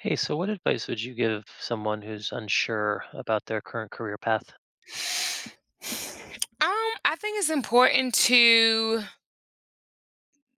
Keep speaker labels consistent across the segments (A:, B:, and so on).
A: Hey, so what advice would you give someone who's unsure about their current career path?
B: I think it's important to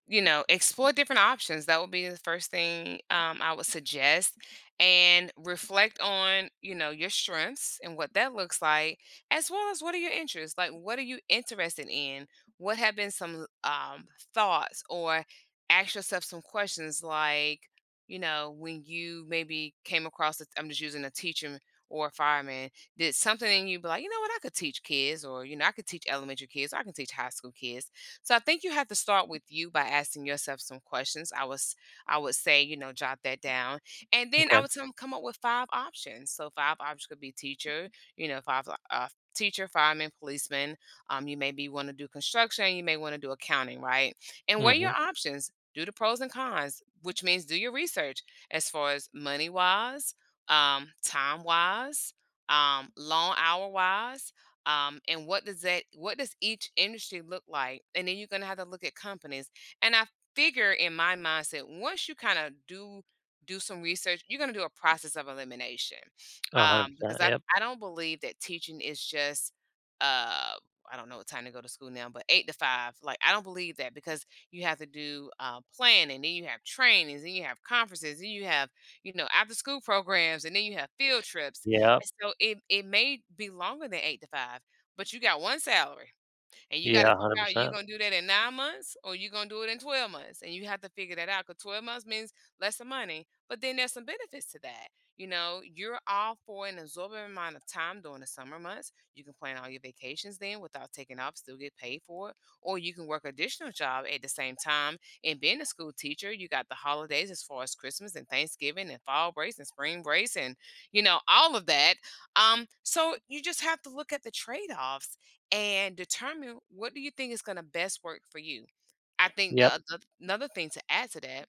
B: you know, explore different options. That would be the first thing I would suggest. And reflect on, you know, your strengths and what that looks like, as well as what are your interests? Like, what are you interested in? What have been some thoughts? Or ask yourself some questions like, you know, when you maybe came across, I am just using a teacher or a fireman, did something in you be like, you know what, I could teach kids, or, you know, I could teach elementary kids, or I can teach high school kids. So I think you have to start with you by asking yourself some questions. I would say, you know, jot that down. And then I
A: Okay.
B: would tell them come up with five options. So five options could be teacher, you know, five teacher, fireman, policeman. You maybe want to do construction, you may want to do accounting, right? And weigh
A: Mm-hmm.
B: your options. Do the pros and cons, which means do your research as far as money wise, time wise, long hour wise, and what does each industry look like, and then you're going to have to look at companies and I figure in my mindset once you kind of do some research, you're going to do a process of elimination,
A: A hundred percent.
B: because I,
A: Yep.
B: I don't believe that teaching is just uh, I don't know what time to go to school now, but eight to five like I don't believe that, because you have to do planning, then you have trainings, then you have conferences, then you have, you know, after school programs, and then you have field trips,
A: Yep.
B: and so it may be longer than 8 to 5, but you got 1 salary. And you gotta
A: Yeah. a
B: figure
A: hundred
B: out you
A: percent.
B: gonna do that in 9 months or you gonna do it in 12 months. And you have to figure that out, because 12 months means less of money. But then there's some benefits to that. You know, you're all for an absorbent amount of time during the summer months. You can plan all your vacations then without taking off, still get paid for it. Or you can work additional job at the same time. And being a school teacher, you got the holidays as far as Christmas and Thanksgiving and fall breaks and spring breaks and, you know, all of that. So you just have to look at the trade-offs and determine what do you think is gonna best work for you. I think
A: Yep.
B: the another thing to add to that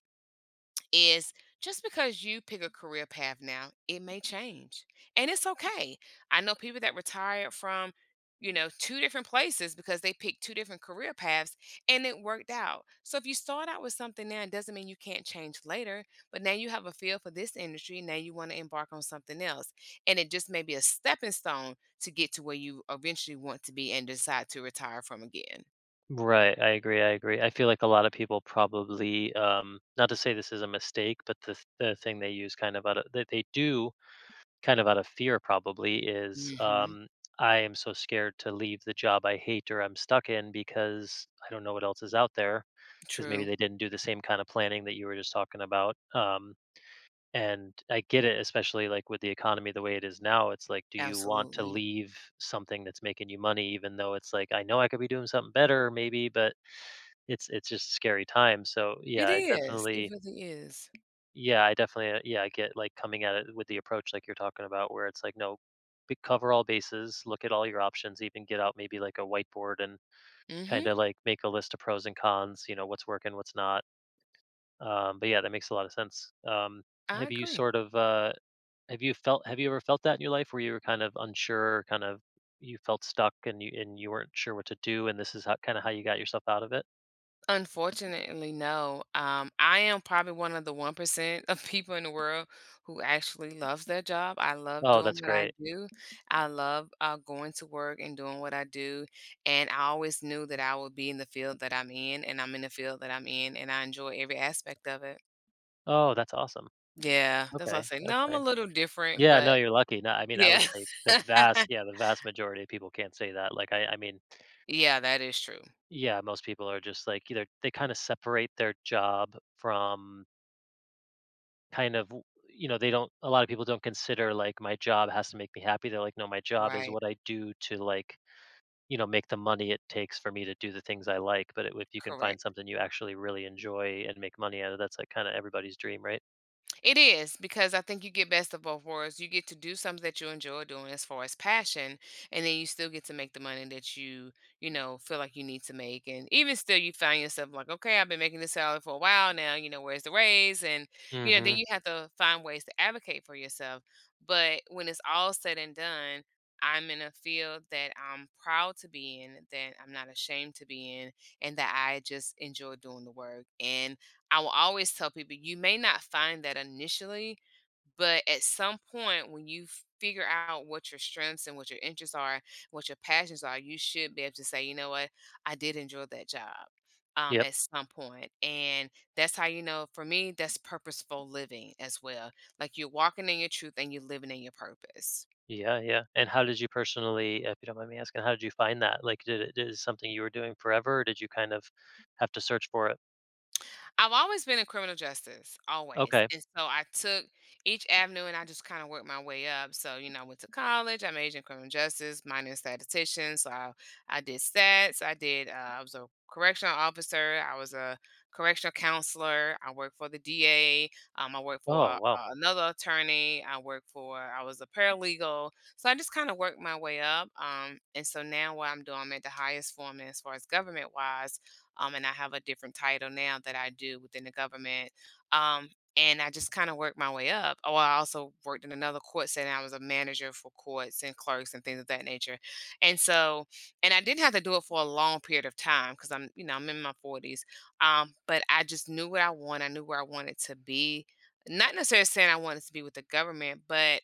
B: is just because you pick a career path now, it may change. And it's okay. I know people that retired from, you know, two different places because they picked two different career paths, and it worked out. So if you start out with something now, it doesn't mean you can't change later, but now you have a feel for this industry. Now you want to embark on something else. And it just may be a stepping stone to get to where you eventually want to be and decide to retire from again.
A: Right. I agree. I agree. I feel like a lot of people probably, not to say this is a mistake, but the thing they use kind of out of that they do kind of out of fear probably is.
B: Mhm.
A: I am so scared to leave the job I hate or I'm stuck in because I don't know what else is out there. Because maybe
B: True.
A: they didn't do the same kind of planning that you were just talking about. And I get it, especially like with the economy the way it is now. It's like, do you want to
B: Absolutely.
A: leave something that's making you money, even though it's like I know I could be doing something better, maybe, but it's just scary time. So
B: It
A: yeah, it
B: is. It really is.
A: definitely, yeah, I get like coming at it with the approach like you're talking about, where it's like, no, cover all bases, look at all your options, even get out maybe like a whiteboard and kind
B: Mhm.
A: of like make a list of pros and cons. You know, what's working, what's not. But yeah, that makes a lot of sense. Um,
B: I
A: have you
B: agree.
A: ever felt that in your life where you were kind of unsure, kind of you felt stuck and you weren't sure what to do, and this is how kind of how you got yourself out of it?
B: Unfortunately, no. I am probably one of the 1% of people in the world who actually loves their job. I love
A: Oh,
B: doing
A: that's
B: what I
A: great.
B: do. I love going to work and doing what I do. And I always knew that I would be in the field that I'm in, and I'm in the field that I'm in, and I enjoy every aspect of it.
A: Oh, that's awesome.
B: Yeah, that's why I
A: Okay.
B: say, no, I'm a
A: Okay.
B: little different,
A: Yeah,
B: but
A: no, you're lucky. No, I mean, I would
B: yeah.
A: say yeah, the vast majority of people can't say that. Like, I mean,
B: Yeah, that is true.
A: yeah, most people are just like either they kind of separate their job from kind of, they don't. A lot of people don't consider like my job has to make me happy. They're like, no, my job is
B: Right,
A: what I do to like, make the money it takes for me to do the things I like. But if you can find
B: correct.
A: something you actually really enjoy and make money out of, that's like kind of everybody's dream, right?
B: It is because I think you get best of both worlds. You get to do something that you enjoy doing as far as passion, and then you still get to make the money that you know, feel like you need to make. And even still, you find yourself like, okay, I've been making this salary for a while now. You know, where's the raise? And, you know, then
A: Hmm.
B: you have to find ways to advocate for yourself. But when it's all said and done, I'm in a field that I'm proud to be in, that I'm not ashamed to be in, and that I just enjoy doing the work. And I will always tell people you may not find that initially, but at some point when you figure out what your strengths and what your interests are, what your passions are, you should be able to say, you know what, I did enjoy that job
A: Yep.
B: at some point. And that's how you know, for me, that's purposeful living as well. Like you're walking in your truth and you're living in your purpose.
A: Yeah, yeah. And how did you personally, if you don't mind me asking, how did you find that? Like, did it is something you were doing forever, or did you kind of have to search for it?
B: I've always been in criminal justice, always.
A: Okay.
B: And so I took each avenue and I just kind of worked my way up. So, you know, I went to college, I majored in criminal justice, minor in statistician. I did stats, I did, I was a correctional officer, I was a correctional counselor, I worked for the DA, I worked for
A: Oh, wow.
B: another attorney, I worked for, I was a paralegal. So I just kind of worked my way up. And so now what I'm doing, I'm at the highest form as far as government wise, and I have a different title now that I do within the government. Um, and I just kind of worked my way up. Oh, I also worked in another court setting. I was a manager for courts and clerks and things of that nature. And so, and I didn't have to do it for a long period of time because I'm, you know, I'm in my 40s. But I just knew what I want. I knew where I wanted to be. Not necessarily saying I wanted to be with the government, but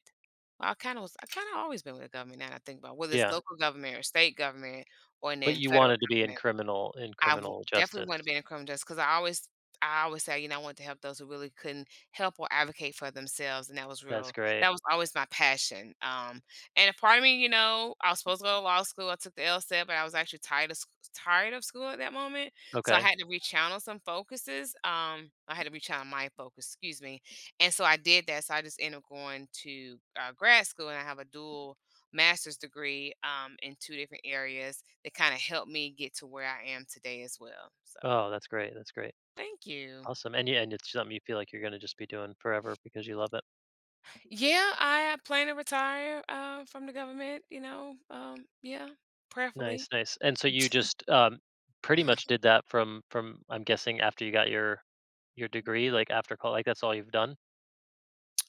B: well, I kind of was. I kind of always been with the government. Now that I think about it, whether it's
A: Yeah.
B: local government or state government, or and
A: But
B: then
A: you
B: federal
A: wanted to be in
B: government.
A: criminal in
B: I w
A: criminal
B: Definitely
A: justice.
B: would to be been in a criminal justice because I always say, you know, I want to help those who really couldn't help or advocate for themselves, and
A: That's great.
B: that was always my passion, and a part of me, you know, I was supposed to go to law school, I took the LSAT, but I was actually tired of school at that moment, so I
A: Okay.
B: had to rechannel some focuses, I had to rechannel my focus, excuse me, and so I did that, so I just ended up going to, grad school, and I have a dual master's degree in two different areas that kind of helped me get to where I am today as well. So
A: Oh, that's great. That's great.
B: thank you.
A: Awesome. And yeah, and it's something you feel like you're going to just be doing forever because you love it.
B: Yeah, I plan to retire from the government, you know, yeah,
A: Nice,
B: prayerfully.
A: nice. And so you just pretty much did that from I'm guessing after you got your degree, like after college, like that's all you've done.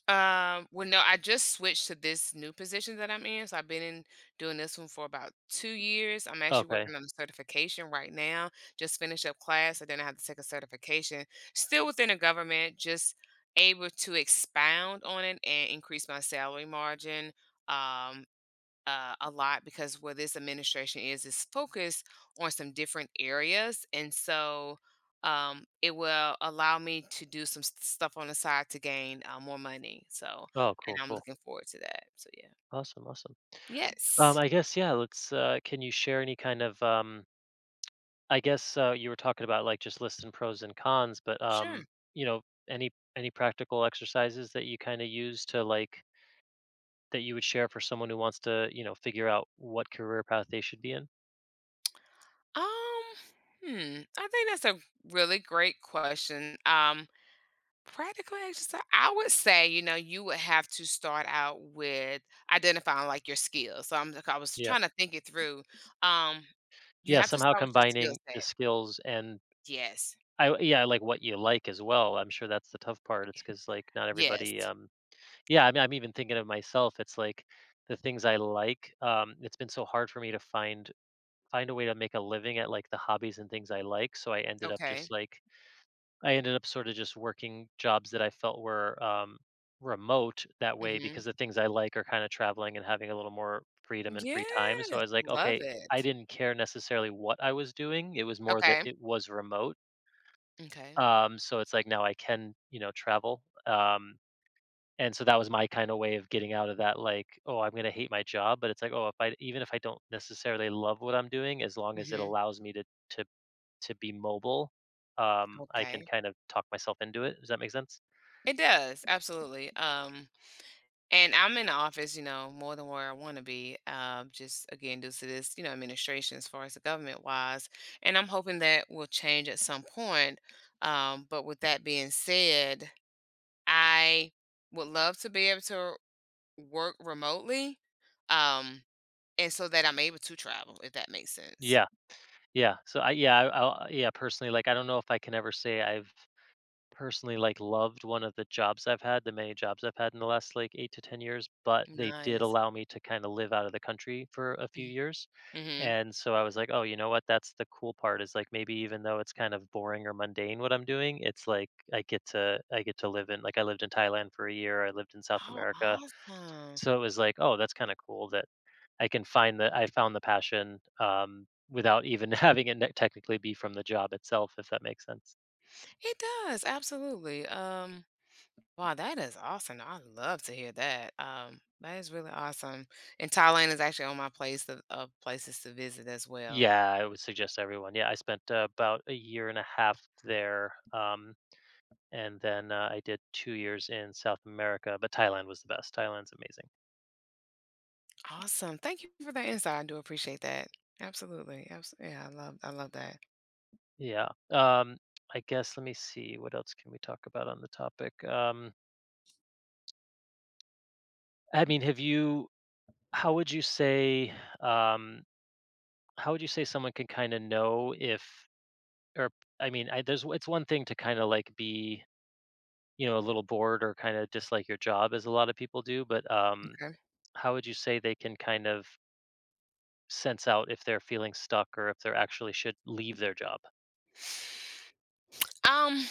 B: Well, no, I just switched to this new position that I'm in. So I've been in doing this one for about 2 years. I'm actually
A: Okay.
B: working on a certification right now. Just finished up class, and then I have to take a certification. Still within the government, just able to expound on it and increase my salary margin. Um, a lot, because where this administration is focused on some different areas, and so it will allow me to do some stuff on the side to gain more money, so
A: Oh,
B: and
A: cool,
B: I'm
A: cool.
B: looking forward to that, so yeah.
A: Awesome, awesome.
B: Yes.
A: I guess, yeah. Let's. Can you share any kind of? I guess, you were talking about like just listing pros and cons, but
B: Sure.
A: you know, any practical exercises that you kind of use to, like, that you would share for someone who wants to figure out what career path they should be in.
B: um I think that's a really great question. Practical exercise, I would say, you know, you would have to start out with identifying like your skills. So I'm like, I was
A: Yeah.
B: trying to think it through. Um, you
A: Yeah.
B: have to
A: Somehow
B: start with your skill
A: combining the
B: set.
A: skills and
B: Yes.
A: I like what you like as well. I'm sure that's the tough part. It's because, like, not
B: Yes.
A: everybody, yeah, I mean, I'm even thinking of myself. It's like the things I like, it's been so hard for me to find a way to make a living at, like, the hobbies and things I like, so I ended up just,
B: Okay.
A: like I ended up sorta just working jobs that I felt were, remote that way, because
B: Hmm.
A: the things I like are kinda traveling and having a little more freedom and free time, so I
B: Yes.
A: was like,
B: Love
A: "Okay," I
B: it.
A: didn't care necessarily what I was doing. It was more that
B: Okay.
A: it was remote.
B: Okay.
A: So it's like now I can, travel. And so that was my kind of way of getting out of that like, oh, I'm going to hate my job, but it's like, oh, if I even if I don't necessarily love what I'm doing, as long as it
B: Hmm.
A: allows me to to be mobile, I can
B: Okay.
A: kind of talk myself into it. Does that make sense?
B: It does. Absolutely. And I'm in the office, you know, more than where I want to be. Just again, due to this, you know, administration as far as the government wise, and I'm hoping that will change at some point. But with that being said, I would love to be able to work remotely, um, and so that I'm able to travel, if that makes sense.
A: Yeah, yeah. So I yeah, personally, like, I don't know if I can ever say I've personally, like, loved one of the many jobs I've had in the last, like, 8 to 10 years, but they did
B: Nice.
A: allow me to kinda live out of the country for a few years,
B: Mm-hmm.
A: and so I was like, "Oh, you know what? That's the cool part, is, like, maybe even though it's kind of boring or mundane what I'm doing, it's like I get to live in," like, I lived in Thailand for a year, I lived in South
B: Oh,
A: America,
B: awesome!
A: so it was like, "Oh, that's kinda cool that I can find the I found the passion, without even having it ne technically be from the job itself," if that makes sense.
B: It does absolutely. Wow, that is awesome. I love to hear that. That is really awesome. And Thailand is actually on my place of places to visit as well.
A: Yeah, I would suggest everyone. Yeah, I spent, about a year and a half there, and then, I did 2 years in South America. But Thailand was the best. Thailand's amazing.
B: Awesome. Thank you for that insight. I do appreciate that. Absolutely. Yeah, I love that.
A: Yeah. I guess let me see what else can we talk about on the topic. I mean, have you? How would you say? Um, how would you say someone can kind of know if, or I mean, I, there's it's one thing to kind of like be, a little bored or kind of dislike your job, as a lot of people do, but
B: Okay.
A: how would you say they can kind of sense out if they're feeling stuck or if they are actually should leave their job?
B: Um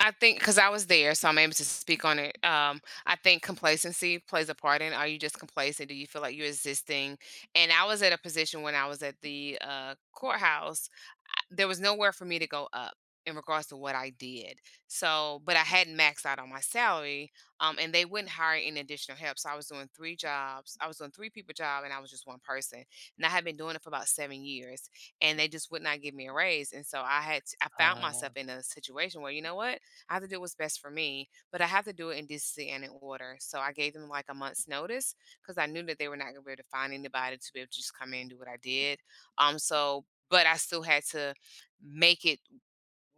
B: I think because I was there, so I'm able to speak on it. I think complacency plays a part in. Are you just complacent? Do you feel like you're existing? And I was at a position when I was at the courthouse. There was nowhere for me to go up in regards to what I did. So, but I hadn't maxed out on my salary, and they wouldn't hire any additional help. So I was doing three jobs. I was doing three people job, and I was just one person. And I had been doing it for about 7 years, and they just would not give me a raise. And so I found
A: Uh,
B: myself in a situation where, you know what, I have to do what's best for me, but I have to do it in decency and in order. So I gave them like a month's notice because I knew that they were not going to be able to find anybody to be able to just come in and do what I did. But I still had to make it,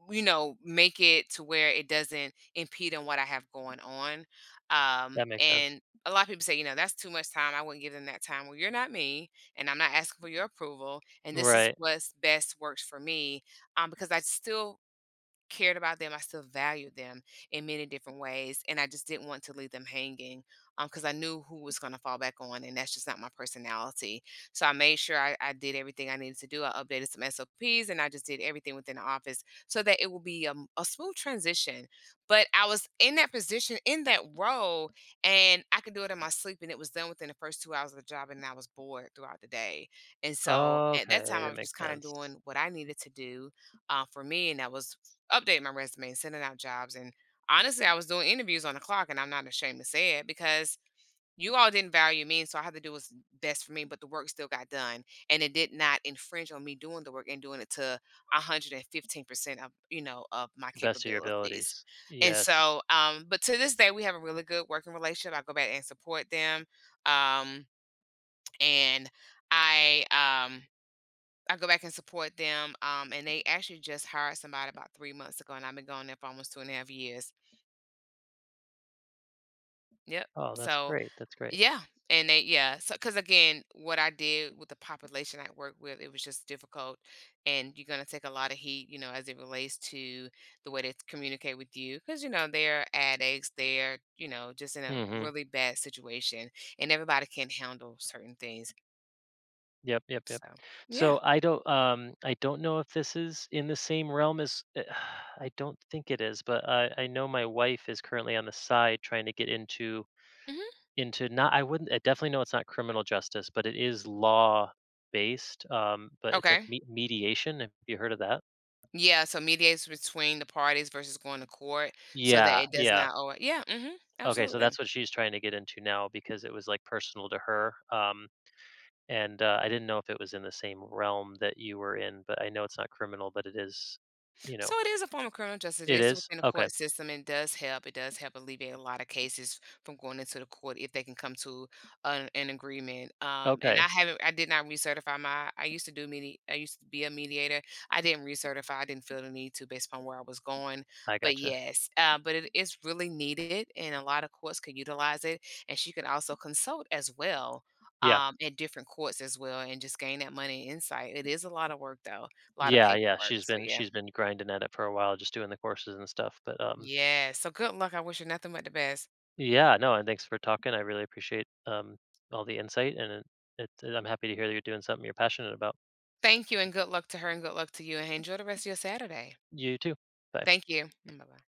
B: you know, make it to where it doesn't impede on what I have going on.
A: that makes sense.
B: And a lot of people say, you know, that's too much time. I wouldn't give them that time. Well, you're not me, and I'm not asking for your approval. And this is
A: Right.
B: what's best works for me, because I still cared about them, I still valued them in many different ways, and I just didn't want to leave them hanging, because I knew who was gonna fall back on, and that's just not my personality. So I made sure I did everything I needed to do, I updated some SOPs, and I just did everything within the office so that it would be, a smooth transition, but I was in that position, in that role, and I could do it in my sleep, and it was done within the first 2 hours of the job, and I was bored throughout the day, and so, at that
A: Okay,
B: time, I
A: that
B: was
A: makes
B: just kinda
A: sense.
B: doing what I needed to do, for me, and that was updating my resume and sending out jobs. And honestly, I was doing interviews on the clock, and I'm not ashamed to say it because you all didn't value me. So I had to do what's best for me, but the work still got done. And it did not infringe on me doing the work and doing it to 115% of, you know, of my
A: The best of your
B: capabilities.
A: abilities. Yes.
B: But to this day, we have a really good working relationship. I go back and support them. Um, and I, um, I go back and support them, and they actually just hired somebody about 3 months ago, and I've been going there for almost 2.5 years. Yep.
A: Oh, that's
B: So,
A: great. That's great.
B: yeah, and they yeah, so because again, what I did with the population I work with, it was just difficult, and you're gonna take a lot of heat, you know, as it relates to the way they communicate with you, because you know, they're addicts, they're, you know, just in a
A: Mm-hmm.
B: really bad situation, and everybody can't handle certain things.
A: Yep, yep, yep.
B: So, yeah.
A: So I don't know if this is in the same realm as, I don't think it is, but I know my wife is currently on the side trying to get into
B: Mhm.
A: Into not I wouldn't I definitely know it's not criminal justice, but it is law based, but it's like,
B: Okay.
A: me mediation, have you heard of that?
B: Yeah, so mediates between the parties versus going to court so that
A: Yeah,
B: it does
A: yeah.
B: not owe. Yeah, mhm,
A: Okay, so
B: absolutely.
A: that's what she's trying to get into now, because it was, like, personal to her, and, I didn't know if it was in the same realm that you were in, but I know it's not criminal, but it is, you know
B: So it is a form of criminal justice. It
A: It
B: is
A: is?
B: within the
A: Okay,
B: court system and does help. It does help alleviate a lot of cases from going into the court if they can come to an agreement. And
A: okay,
B: I haven't, I did not recertify my, I used to be a mediator. I didn't recertify. I didn't feel the need to based upon where I was going.
A: I
B: But
A: gotcha.
B: yes, but it is really needed and a lot of courts could utilize it. And she could also consult as well
A: Yeah.
B: at different courts as well and just gain that money insight. It is a lot of work though, a lot of
A: Yeah, yeah,
B: paperwork.
A: she's
B: So
A: been
B: yeah.
A: she's been grinding at it for a while, just doing the courses and stuff, but,
B: Yes. So good luck. I wish you nothing but the best.
A: Yeah, no, and thanks for talking. I really appreciate, all the insight, and I'm happy to hear that you're doing something you're passionate about.
B: Thank you and good luck to her and good luck to you. And enjoy the rest of your Saturday.
A: You too. Bye.
B: Thank you. Bye bye.